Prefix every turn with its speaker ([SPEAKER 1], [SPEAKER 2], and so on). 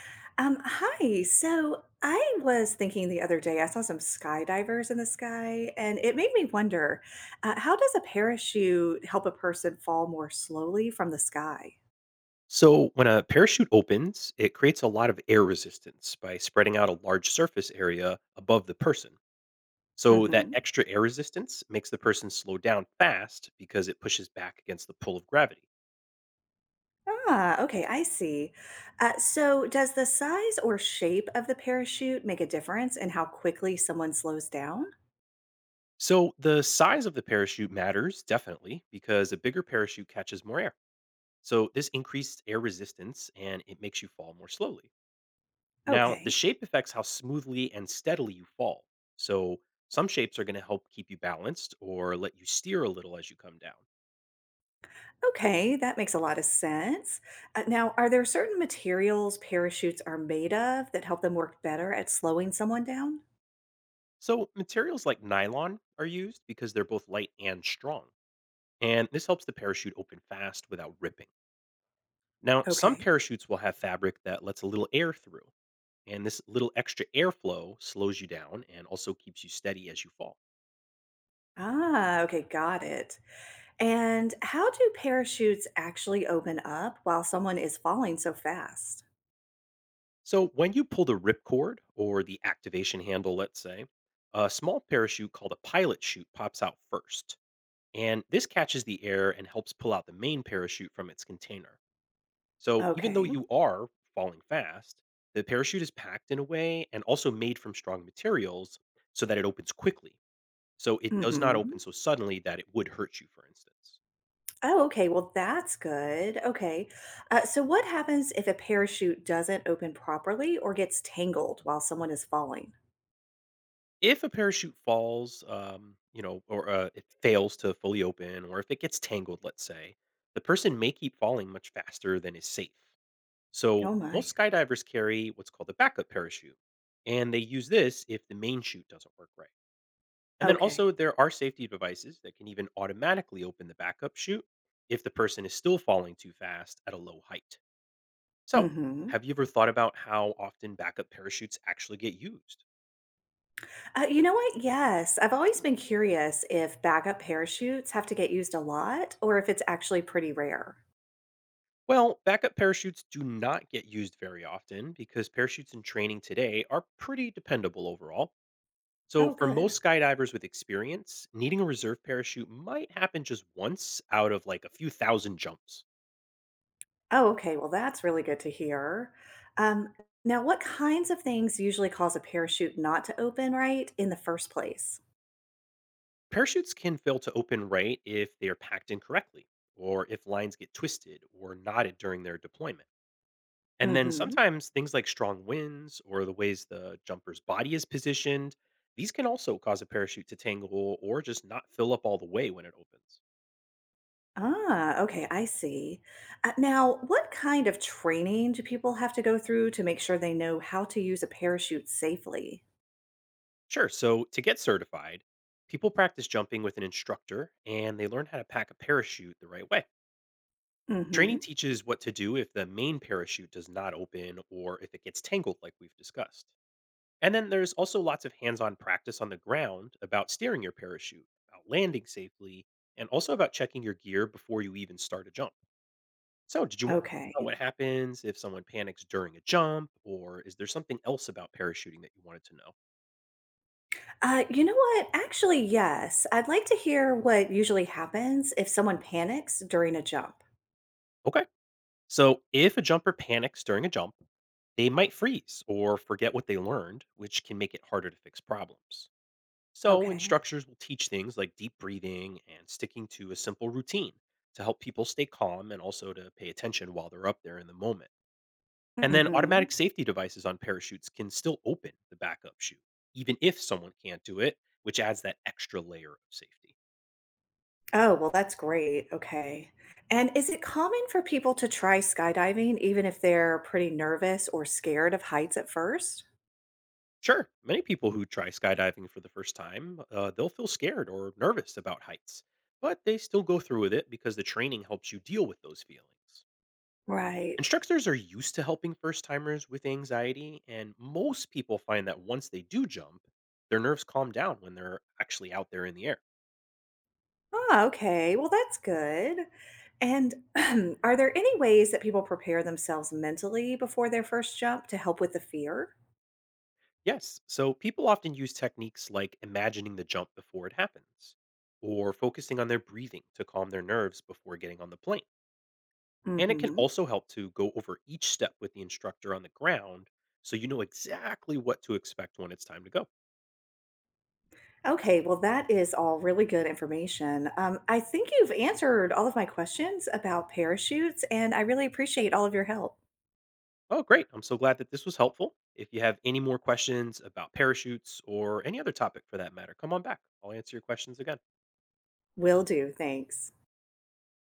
[SPEAKER 1] Hi. So I was thinking the other day, I saw some skydivers in the sky, and it made me wonder, how does a parachute help a person fall more slowly from the sky?
[SPEAKER 2] So, when a parachute opens, it creates a lot of air resistance by spreading out a large surface area above the person. So, that
[SPEAKER 1] hmm
[SPEAKER 2] extra air resistance makes the person slow down fast because it pushes back against the pull of gravity.
[SPEAKER 1] Ah, okay, I see. So does the size or shape of the parachute make a difference in how quickly someone slows down?
[SPEAKER 2] So, the size of the parachute matters definitely because a bigger parachute catches more air. So, this increased air resistance and it makes you fall more slowly. Now, the
[SPEAKER 1] Okay.
[SPEAKER 2] shape affects how smoothly and steadily you fall. So, some shapes are going to help keep you balanced or let you steer a little as you come down
[SPEAKER 1] Okay, that makes a lot of sense. Now, are there certain materials parachutes are made of that help them work better at slowing someone down?
[SPEAKER 2] So, Materials like nylon are used because they're both light and strong, and this helps the parachute open fast without ripping. Now, some
[SPEAKER 1] Okay.
[SPEAKER 2] parachutes will have fabric that lets a little air through, and this little extra airflow slows you down and also keeps you steady as you fall.
[SPEAKER 1] Ah, okay, got it. And how do parachutes actually open up while someone is falling so fast?
[SPEAKER 2] So, when you pull the ripcord or the activation handle, let's say, a small parachute called a pilot chute pops out first, and this catches the air and helps pull out the main parachute from its container. So even though
[SPEAKER 1] Okay.
[SPEAKER 2] you are falling fast, the parachute is packed in a way and also made from strong materials so that it opens quickly. So it does not open
[SPEAKER 1] hmm
[SPEAKER 2] so suddenly that it would hurt you, for instance.
[SPEAKER 1] Oh, okay. Well, that's good. Okay. So, what happens if a parachute doesn't open properly or gets tangled while someone is falling?
[SPEAKER 2] If a parachute falls, or it fails to fully open, or if it gets tangled, let's say, the person may keep falling much faster than is safe. So
[SPEAKER 1] Oh, my.
[SPEAKER 2] most skydivers carry what's called a backup parachute, and they use this if the main chute doesn't work right. And then
[SPEAKER 1] Okay.
[SPEAKER 2] also, there are safety devices that can even automatically open the backup chute if the person is still falling too fast at a low height. So,
[SPEAKER 1] hmm
[SPEAKER 2] have you ever thought about how often backup parachutes actually get used?
[SPEAKER 1] you know what? Yes. I've always been curious if backup parachutes have to get used a lot or if it's actually pretty rare.
[SPEAKER 2] Well, backup parachutes do not get used very often because parachutes in training today are pretty dependable overall. So,
[SPEAKER 1] Oh,
[SPEAKER 2] for
[SPEAKER 1] good.
[SPEAKER 2] most skydivers with experience, needing a reserve parachute might happen just once out of like a few thousand jumps.
[SPEAKER 1] Oh, okay. Well, that's really good to hear. Um, now, what kinds of things usually cause a parachute not to open right in the first place?
[SPEAKER 2] Parachutes can fail to open right if they are packed incorrectly, or if lines get twisted or knotted during their deployment. And then
[SPEAKER 1] Mm-hmm.
[SPEAKER 2] sometimes things like strong winds or the ways the jumper's body is positioned, these can also cause a parachute to tangle or just not fill up all the way when it opens.
[SPEAKER 1] Ah, okay, I see. Now, what kind of training do people have to go through to make sure they know how to use a parachute safely?
[SPEAKER 2] Sure, so to get certified, people practice jumping with an instructor and they learn how to pack a parachute the right way.
[SPEAKER 1] Mm-hmm.
[SPEAKER 2] Training teaches what to do if the main parachute does not open or if it gets tangled, like we've discussed. And then there's also lots of hands on practice on the ground about steering your parachute, about landing safely, and also about checking your gear before you even start a jump. So, did you want to talk about
[SPEAKER 1] Okay.
[SPEAKER 2] what happens if someone panics during a jump, or is there something else about parachuting that you wanted to know?
[SPEAKER 1] You know what? Actually, yes. I'd like to hear what usually happens if someone panics during a jump.
[SPEAKER 2] Okay. So, if a jumper panics during a jump, they might freeze or forget what they learned, which can make it harder to fix problems. So,
[SPEAKER 1] Okay.
[SPEAKER 2] instructors will teach things like deep breathing and sticking to a simple routine to help people stay calm and also to pay attention while they're up there in the moment. And then,
[SPEAKER 1] Mm-hmm.
[SPEAKER 2] automatic safety devices on parachutes can still open the backup chute, even if someone can't do it, which adds that extra layer of safety.
[SPEAKER 1] Oh, well, that's great. Okay. And is it common for people to try skydiving even if they're pretty nervous or scared of heights at first?
[SPEAKER 2] Sure, many people who try skydiving for the first time, they'll feel scared or nervous about heights, but they still go through with it because the training helps you deal with those feelings.
[SPEAKER 1] Right.
[SPEAKER 2] Instructors are used to helping first timers with anxiety, and most people find that once they do jump, their nerves calm down when they're actually out there in the air.
[SPEAKER 1] Oh, okay. Well, that's good. And are there any ways that people prepare themselves mentally before their first jump to help with the fear?
[SPEAKER 2] Yes, so people often use techniques like imagining the jump before it happens, or focusing on their breathing to calm their nerves before getting on the plane. And it can
[SPEAKER 1] Mm-hmm.
[SPEAKER 2] also help to go over each step with the instructor on the ground so you know exactly what to expect when it's time to go.
[SPEAKER 1] Okay, well, that is all really good information. I think you've answered all of my questions about parachutes, and I really appreciate all of your help.
[SPEAKER 2] Oh, great. I'm so glad that this was helpful. If you have any more questions about parachutes or any other topic for that matter, come on back. I'll answer your questions again.
[SPEAKER 1] Will do. Thanks.